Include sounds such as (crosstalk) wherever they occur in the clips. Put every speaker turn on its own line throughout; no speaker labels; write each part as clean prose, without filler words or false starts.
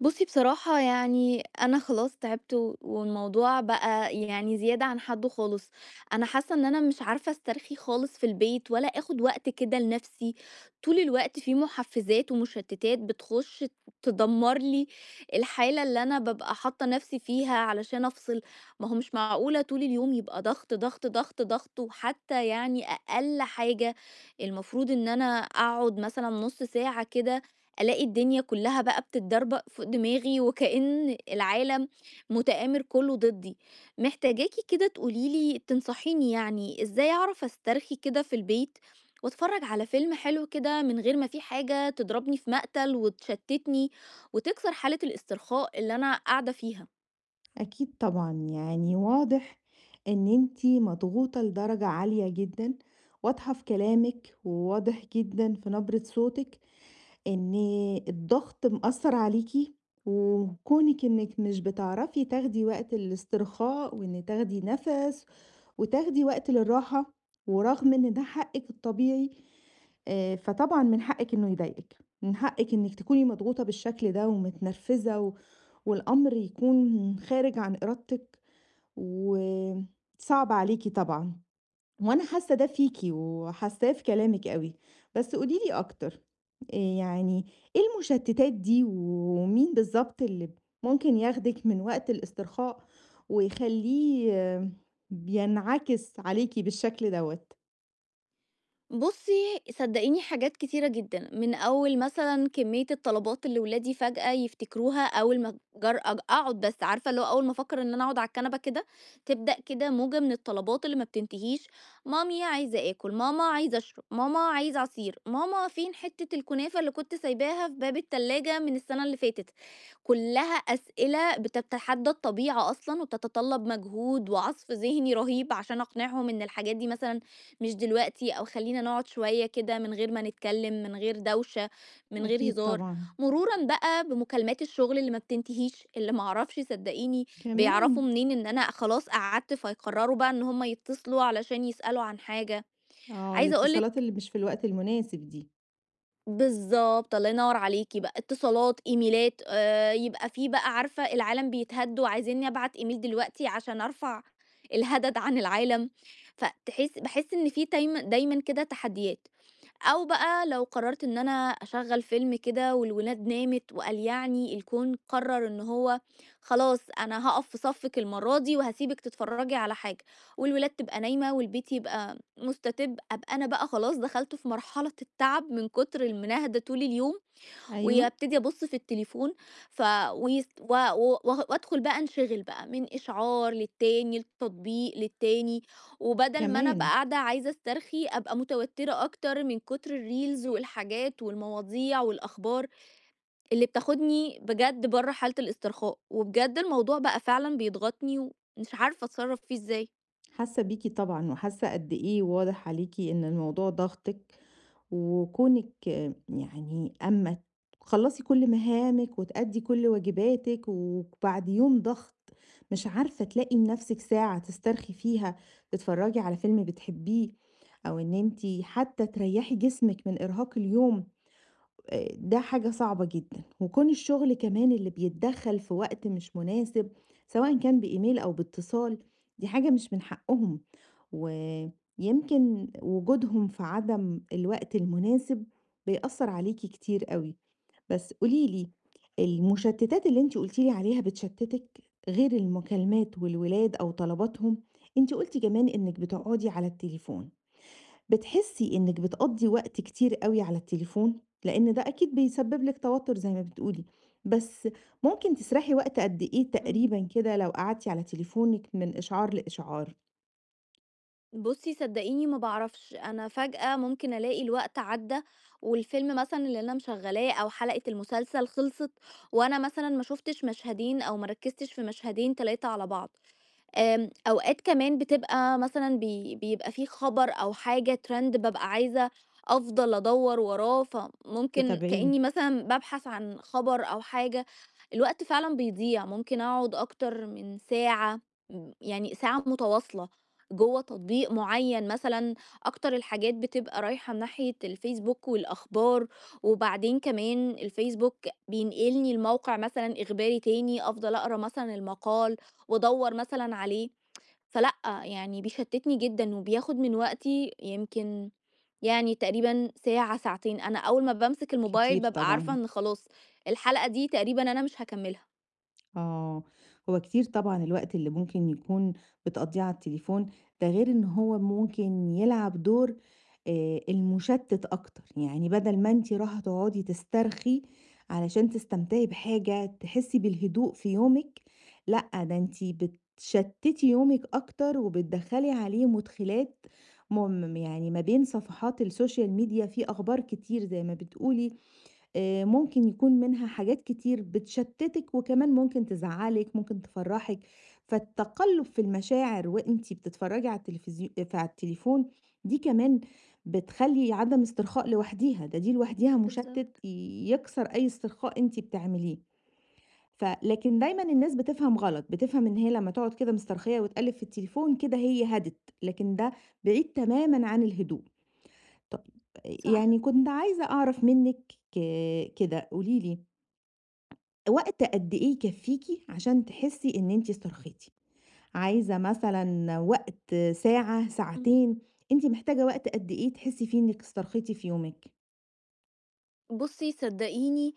بُصّي بصراحة يعني أنا خلاص تعبت و والموضوع بقى يعني زيادة عن حدُّه خالص، أنا حاسة إن أنا مش عارفة أسترخي خالص في البيت ولا آخُد وقت كده لنَفْسي، طول الوقت في مُحفّزات ومُشتِّتات بتخُش تدمّر لي الحالة اللي أنا بابقى حاطّة نَفْسي فيها علشان أفصل، ما هو مش معقولة طول اليوم يبقى ضغط، ضغط، ضغط، ضغط، وحتى يعني أقل حاجة المفروض إن أنا أقعُد مثلًا نُص ساعة كده ألاقي الدنيا كلّها بقى بتتدربَق فوق دماغي وكأن العالم متآمر كلّه ضدّي. محتاجاكِ كده تقولي لي تنصحيني يعني إزاي أعرف أسترخي كده في البيت وأتفرّج على فيلم حلو كده من غير ما في حاجة تضربني في مقتل وتشتّتني وتكسر حالة الاسترخاء اللي أنا قاعدة فيها؟
أكيد طبعًا، يعني واضح إن أنتِ مضغوطة لدرجة عالية جدًا، واضحة في كلامِك، وواضح جدًا في نبرة صوتِك إن الضغط مأثّر عليكِ، وكونِك إنِك مش بتعرفي تاخدي وقت الاسترخاء وإن تاخدي نَفَس وتاخدي وقت للراحة، ورغم إن ده حقِّك الطبيعي، فطبعًا من حقِّك إنه يضايقِك، من حقِّك إنِّك تكوني مضغوطة بالشكل ده ومتنرفزة والأمر يكون خارج عن إرادتِك، وصعب عليكِ طبعًا. وأنا حاسة ده فيكِ وحاساه في كلامِك أوي، بس قولي لي أكتر، يعني إيه المشتتات دي ومين بالضبط اللي ممكن ياخدِك من وقت الاسترخاء ويخليه آه، بينعكس عليكِ بالشكل دوّة؟
بُصّي، صدّقيني حاجات كتيرة جدًا، من أول مثلًا كمية الطلبات اللي ولادي فجأة يفتكروها أول ما جر أج أقعد بس، عارفة اللي هو أول ما أفكّر إن أنا أقعد على الكنبة كده، تبدأ كده موجة من الطلبات اللي ما بتنتهيش، مامي عايزة آكل، ماما عايزة أشرب، ماما عايزة عصير، ماما فين حتّة الكنافة اللي كنت سايباها في باب التلاجة من السنة اللي فاتت، كلّها أسئلة بتتحدى الطبيعة أصلًا وبتتطلب مجهود وعصف ذهني رهيب عشان أقنعهم إن الحاجات دي مثلًا مش دلوقتي، أو خلّينا نقعد شوية كده من غير ما نتكلّم، من غير دوشة، من غير
أكيد
هزار،
طبعًا.
مرورًا بقى بمكالمات الشغل اللي ما بتنتهيش، اللي ما أعرفش صدّقيني بيعرفوا
كمان.
منين إن أنا خلاص قعدت، فيقرروا بقى إن هم يتصلوا علشان يسألوا عن حاجة.
آه،
عايزة أقول
الاتصالات
لِك
اللي مش في الوقت المناسب دي.
بالضبط، الله ينوّر عليكِ بقى، اتصالات، إيميلات، يبقى في بقى عارفة العالم بيتهد وعايزينّي أبعت إيميل دلوقتي عشان أرفع الهدَد عن العالم، باحس إن في دايمًا دايمًا كده تحديات. أو بقى لو قررت إن أنا أشغّل فيلم كده والولاد نامت وقال يعني الكون قرر إن هو خلاص أنا هاقف في صفِّك المرّة دي وهاسيبِك تتفرّجي على حاجة والولاد تبقى نايمة والبيت يبقى مُستتِب، أبقى أنا بقى خلاص دخلت في مرحلة التعب من كتر المناهدة طول اليوم
أيوه.
وابتدي أبُص في التليفون ف ويس و و وأدخل بقى أنشغل بقى من إشعار للتاني، لتطبيق للتاني، وبدل ما أنا أبقى
كمان.
قاعدة عايزة أسترخي، أبقى متوترة أكتر من كتر الreels والحاجات والمواضيع والأخبار اللي بتاخدني بجد برّه حالة الاسترخاء، وبجد الموضوع بقى فعلًا بيضغطني ومش عارفة أتصرّف فيه إزاي.
حاسة بيكِ طبعًا وحاسة قد إيه واضح عليكِ إن الموضوع ضاغطِك وكونِك آه، يعني أمّا تخلّصي كل مهامِك وتأدّي كل واجباتِك وبعد يوم ضغط مش عارفة تلاقي لنفسِك ساعة تسترخي فيها، تتفرّجي على فيلم بتحبّيه أو إن أنتِ حتى تريّحي جسمِك من إرهاق اليوم، ده حاجة صعبة جدًا، وكون الشغل كمان اللي بيتدخّل في وقت مش مناسب، سواء كان بإيميل أو باتصال، دي حاجة مش من حقهم، ويمكن وجودهم في عدم الوقت المناسب بيأثّر عليكِ كتير أوي. بس قولي لي، المشتتات اللي أنتِ قلتِ لي عليها بتشتتِك غير المكالمات والولاد أو طلباتهم، أنتِ قلتِ كمان إنِك بتقعدي على التليفون. بتحسي إنِّك بتقضّي وقت كتير أوي على التليفون؟ لإن ده أكيد بيسبب لِك توتر زي ما بتقولي، بس ممكن تسرحي وقت قد إيه تقريبًا كده لو قعدتِ على تليفونِك من إشعار لإشعار
بُصّي صدقيني ما باعرفش، أنا فجأة ممكن ألاقي الوقت عدّى والفيلم مثلًا اللي أنا مشغّلاه أو حلقة المسلسل خلصت وأنا مثلًا ما شُفتش مشهدين أو ما ركّزتش في مشهدين 3 على بعض. أوقات كمان بتبقى مثلًا بيبقى في خبر أو حاجة trend بابقى عايزة أفضل أدوّر وراه، فممكن
تتابعيه؟
كإني مثلًا بابحث عن خبر أو حاجة، الوقت فعلًا بيضيع، ممكن أقعد أكتر من ساعة، يعني ساعة متواصلة جوّه تطبيق معيّن مثلًا، أكتر الحاجات بتبقى رايحة من ناحية الفيسبوك والأخبار، وبعدين كمان الفيسبوك بينقلني لموقع مثلًا إخباري تاني، أفضل أقرا مثلًا المقال وأدوّر مثلًا عليه، فلأ، يعني بيشتّتني جدًا وبياخُد من وقتي يمكن يعني تقريبًا ساعة، ساعتين، أنا أول ما بامسك الموبايل
كتير
بابقى عارفة
طبعًا؟
إن خلاص الحلقة دي تقريبًا أنا مش هاكمّلها.
آه، هو كتير طبعًا الوقت اللي ممكن يكون بتقضّيه على التليفون، ده غير إن هو ممكن يلعب دور المُشتِّت أكتر، يعني بدل ما أنتِ راحة تقعدي تسترخي علشان تستمتعي بحاجة، تحسّي بالهدوء في يومِك، لأ، ده أنتِ بتشتِّتي يومِك أكتر وبتدخّلي عليه مُدخِلات يعني ما بين صفحات السوشيال ميديا في أخبار كتير زي ما بتقولي، ممكن يكون منها حاجات كتير بتشتتِك وكمان ممكن تزعّلِك، ممكن تفرّحِك، فالتقلُّب في المشاعر وأنتِ بتتفرّجي على التلفزيو فعلى التليفون دي كمان بتخلّي عدم استرخاء لوحديها، دي لوحديها مُشتِّت
بالضبط،
يكسر أي استرخاء أنتِ بتعمليه، لكن دايمًا الناس بتفهم غلط، بتفهم إن هي لمّا تقعُد كده مسترخية وتقلِّب في التليفون كده هي هَدِت، لكن ده بعيد تمامًا عن الهدوء. طَب
صح.
يعني كنت عايزة أعرف منِّك، ك كده قولي لي، وقت قد إيه يكفّيكِ عشان تحسّي إن أنتِ استرخيتِ؟ عايزة مثلًا وقت ساعة،
إمم.
ساعتين، أنتِ محتاجة وقت قد إيه تحسّي فيه إنِّك استرخيتِ في يومِك؟
بُصّي صدقيني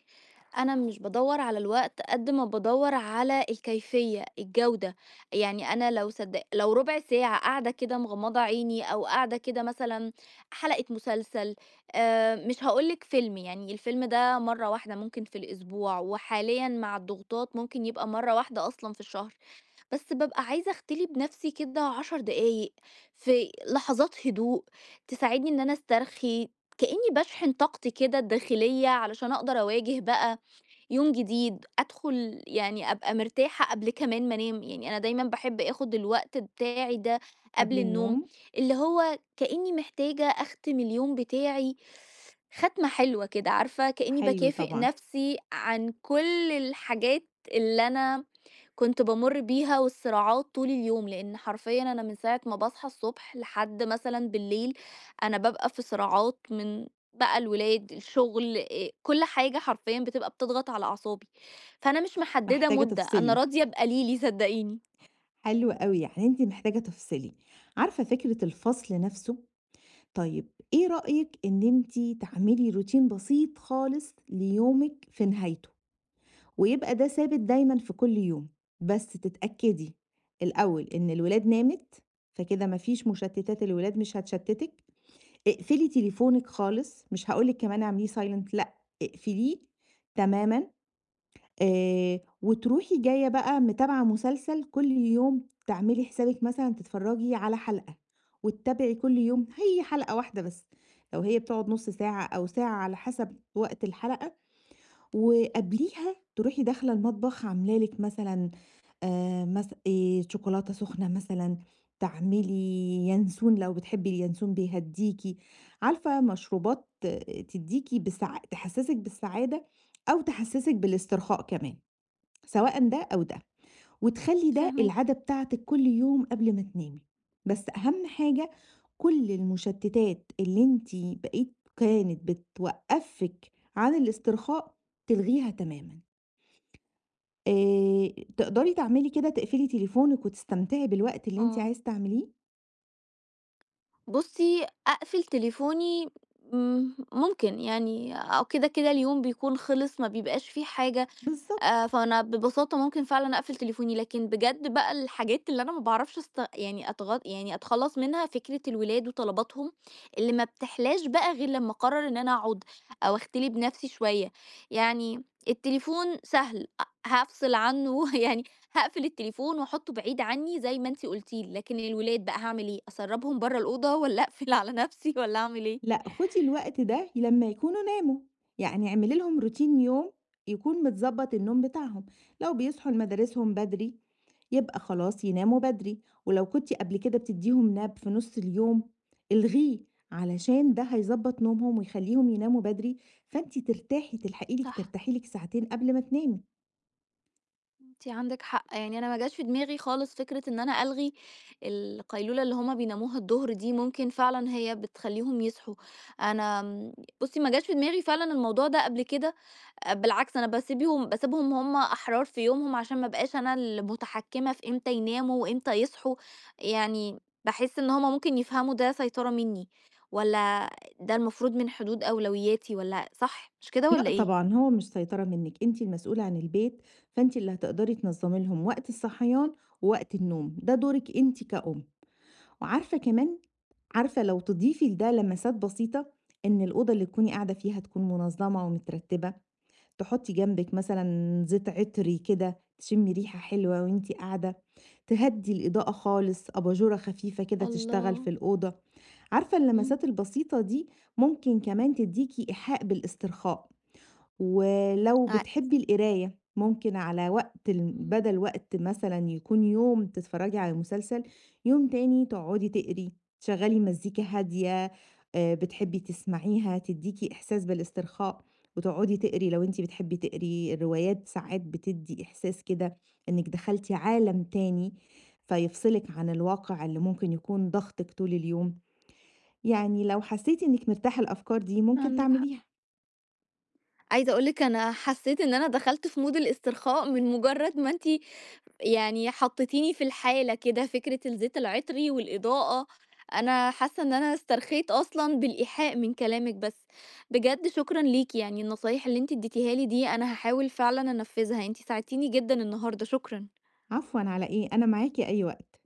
أنا مش بادوّر على الوقت قد ما بادوّر على الكيفية، الجودة، يعني أنا لو صدق لو ربع ساعة قاعدة كده مغمضة عيني أو قاعدة كده مثلًا حلقة مسلسل مش هاقول لِك فيلم يعني الفيلم ده مرّة واحدة ممكن في الأسبوع، وحاليًا مع الضغوطات ممكن يبقى مرّة واحدة أصلًا في الشهر، بس بابقى عايزة أختلي بنفسي كده 10 دقايق في لحظات هدوء تساعدني إن أنا أسترخي، كأني باشحن طاقتي كده الداخلية علشان أقدر أواجه بقى يوم جديد، أدخل يعني أبقى مرتاحة قبل كمان ما أنام، يعني أنا دايمًا باحب آخُد الوقت بتاعي ده قبل
قبل
النوم،
النوم؟
اللي هو كأني محتاجة أختم اليوم بتاعي ختمة حلوة كده، عارفة، كأني
حلو
باكافئ
طبعًا.
نَفْسي عن كل الحاجات اللي أنا كنت بامُر بيها والصراعات طول اليوم، لإن حرفيًا أنا من ساعة ما باصحى الصبح لحد مثلًا بالليل، أنا بابقى في صراعات من بقى الولاد، الشغل، كل حاجة حرفيًا بتبقى بتضغط على أعصابي، فأنا مش محددة
محتاجة
مدة، أنا
تفصلي،
راضية بقليلي صدقيني.
حلو أوي، يعني أنتِ محتاجة تفصلي. عارفة فكرة الفصل نَفْسه؟ طيب إيه رأيِك إن أنتِ تعملي routine بسيط خالص ليومِك في نهايته؟ ويبقى ده ثابت دايمًا في كل يوم، بس تتأكدي الأول إن الولاد نامت، فكده ما فيش مشتتات، الولاد مش هتشتتِك، اقفلي تليفونِك خالص، مش هاقول لِك كمان اعمليه silent، لأ، اقفليه تمامًا. وتروحي جاية بقى متابعة مسلسل كل يوم تعملي حسابِك مثلًا تتفرجي على حلقة، وتتابعي كل يوم هي حلقة واحدة بس، لو هي بتقعد نُص ساعة أو ساعة على حسب وقت الحلقة، وقبليها تروحي داخلة المطبخ عاملة لِك مثلًا مس شوكولاتة سخنة مثلًا، تعملي ينسون لو بتحبي الينسون بيهدّيكِ، عارفة مشروبات تدّيكِ تحسّسِك بالسعادة أو تحسّسِك بالاسترخاء كمان، سواءً ده أو ده. وتخلّي ده
فاهماكِ،
العادة بتاعتِك كل يوم قبل ما تنامي، بس أهم حاجة كل المشتتات اللي أنتِ بقيت كانت بتوقّفِك عن الاسترخاء تلغيها تمامًا. آآ تقدري تعملي كده تقفلي تليفونِك وتستمتعي بالوقت اللي أنتِ
آه.
عايزة تعمليه؟
بُصي، أقفل تليفوني، ممكن يعني آه كده اليوم بيكون خلص، ما بيبقاش في حاجة
بالضبط.
فأنا ببساطة ممكن فعلًا أقفل تليفوني، لكن بجد بقى الحاجات اللي أنا ما باعرفش أست يعني أتغ يعني أتخلّص منها فكرة الولاد وطلباتهم اللي ما بتحلاش بقى غير لمّا أقرر إن أنا أقعد أو أختلي بنفسي شوية، يعني التليفون سهل هافصل عنه (laughs) يعني هاقفل التليفون وأحطه بعيد عني زي ما أنتِ قلتِ لي، لكن الولاد بقى هاعمل إيه؟ أسرّبهم برّه الأوضة والّا أقفل على نفسي والّا أعمل إيه؟
لأ، خدي الوقت ده لمّا يكونوا ناموا، يعني اعملي لهم روتين يوم يكون متضبط النوم بتاعهم، لو بيصحوا لمدارسهم بدري يبقى خلاص يناموا بدري، ولو كنتِ قبل كده بتديهم nap في نُص اليوم الغيه، علشان ده هيضبط نومهم ويخليهم يناموا بدري، فأنتِ ترتاحي تلحقي لِك
صح.
ترتاحي لِك ساعتين قبل ما تنامي.
أنتِ عندِك حق، يعني أنا ما جاش في دماغي خالص فكرة إن أنا ألغي القيلولة اللي هُم بيناموها الضهر دي، ممكن فعلًا هي بتخلّيهم يصحوا. أنا بُصّي ما جاش في دماغي فعلًا الموضوع ده قبل كده، بالعكس أنا باسيبهم هُم أحرار في يومهم عشان ما ابقاش أنا المتحكمة في إمتى يناموا وإمتى يصحوا، يعني باحس إن هُم ممكن يفهموا ده سيطرة منّي، والّا ده المفروض من حدود أولوياتي والّا صح، مش كده والّا
لأ
إيه؟
طبعًا، هو مش سيطرة منِّك، أنتِ المسؤولة عن البيت، فأنتِ اللي هتقدري تنظمي لهم وقت الصحيان ووقت النوم، ده دورِك أنتِ كأم. وعارفة كمان عارفة لو تضيفي لده لمسات بسيطة إن الأوضة اللي تكوني قاعدة فيها تكون منظمة ومترتبة، تحطي جنبِك مثلًا زيت عطري كده، تشمي ريحة حلوة وأنتِ قاعدة، تهدّي الإضاءة خالص، أباجورة خفيفة كده تشتغل
الله!
في الأوضة، عارفة اللمسات
إمم،
البسيطة دي ممكن كمان تدّيكِ إيحاء بالاسترخاء. ولو
ع
بتحبي القراية ممكن على وقت ال
إمم،
بدل وقت مثلًا يكون يوم تتفرجي على مسلسل، يوم تاني تقعدي تقري، تشغّلي مزيكا هادية بتحبي تسمعيها تدّيكِ إحساس بالاسترخاء، وتقعدي تقري لو أنتِ بتحبي تقري، الروايات ساعات بتدّي إحساس كده إنِّك دخلتِ عالم تاني، فيفصلِك عن الواقع اللي ممكن يكون ضاغطِك طول اليوم، يعني لو حسيتِ إنِّك مرتاحة للأفكار دي ممكن
عندِك حق.
تعمليها.
عايزة أقول لِك أنا حسيت إن أنا دخلت في مود الاسترخاء من مجرد ما أنتِ يعني حطيتيني في الحالة كده، فكرة الزيت العطري والإضاءة، أنا حاسة إن أنا استرخيت أصلًا بالإيحاء من كلامِك، بس بجد شكرًا ليكِ، يعني النصايح اللي أنتِ اديتيها لي دي أنا هاحاول فعلًا أنفذها، أنتِ ساعدتيني جدًا النهارده، شكرًا.
عفوًا على إيه، أنا معاكِ أي وقت.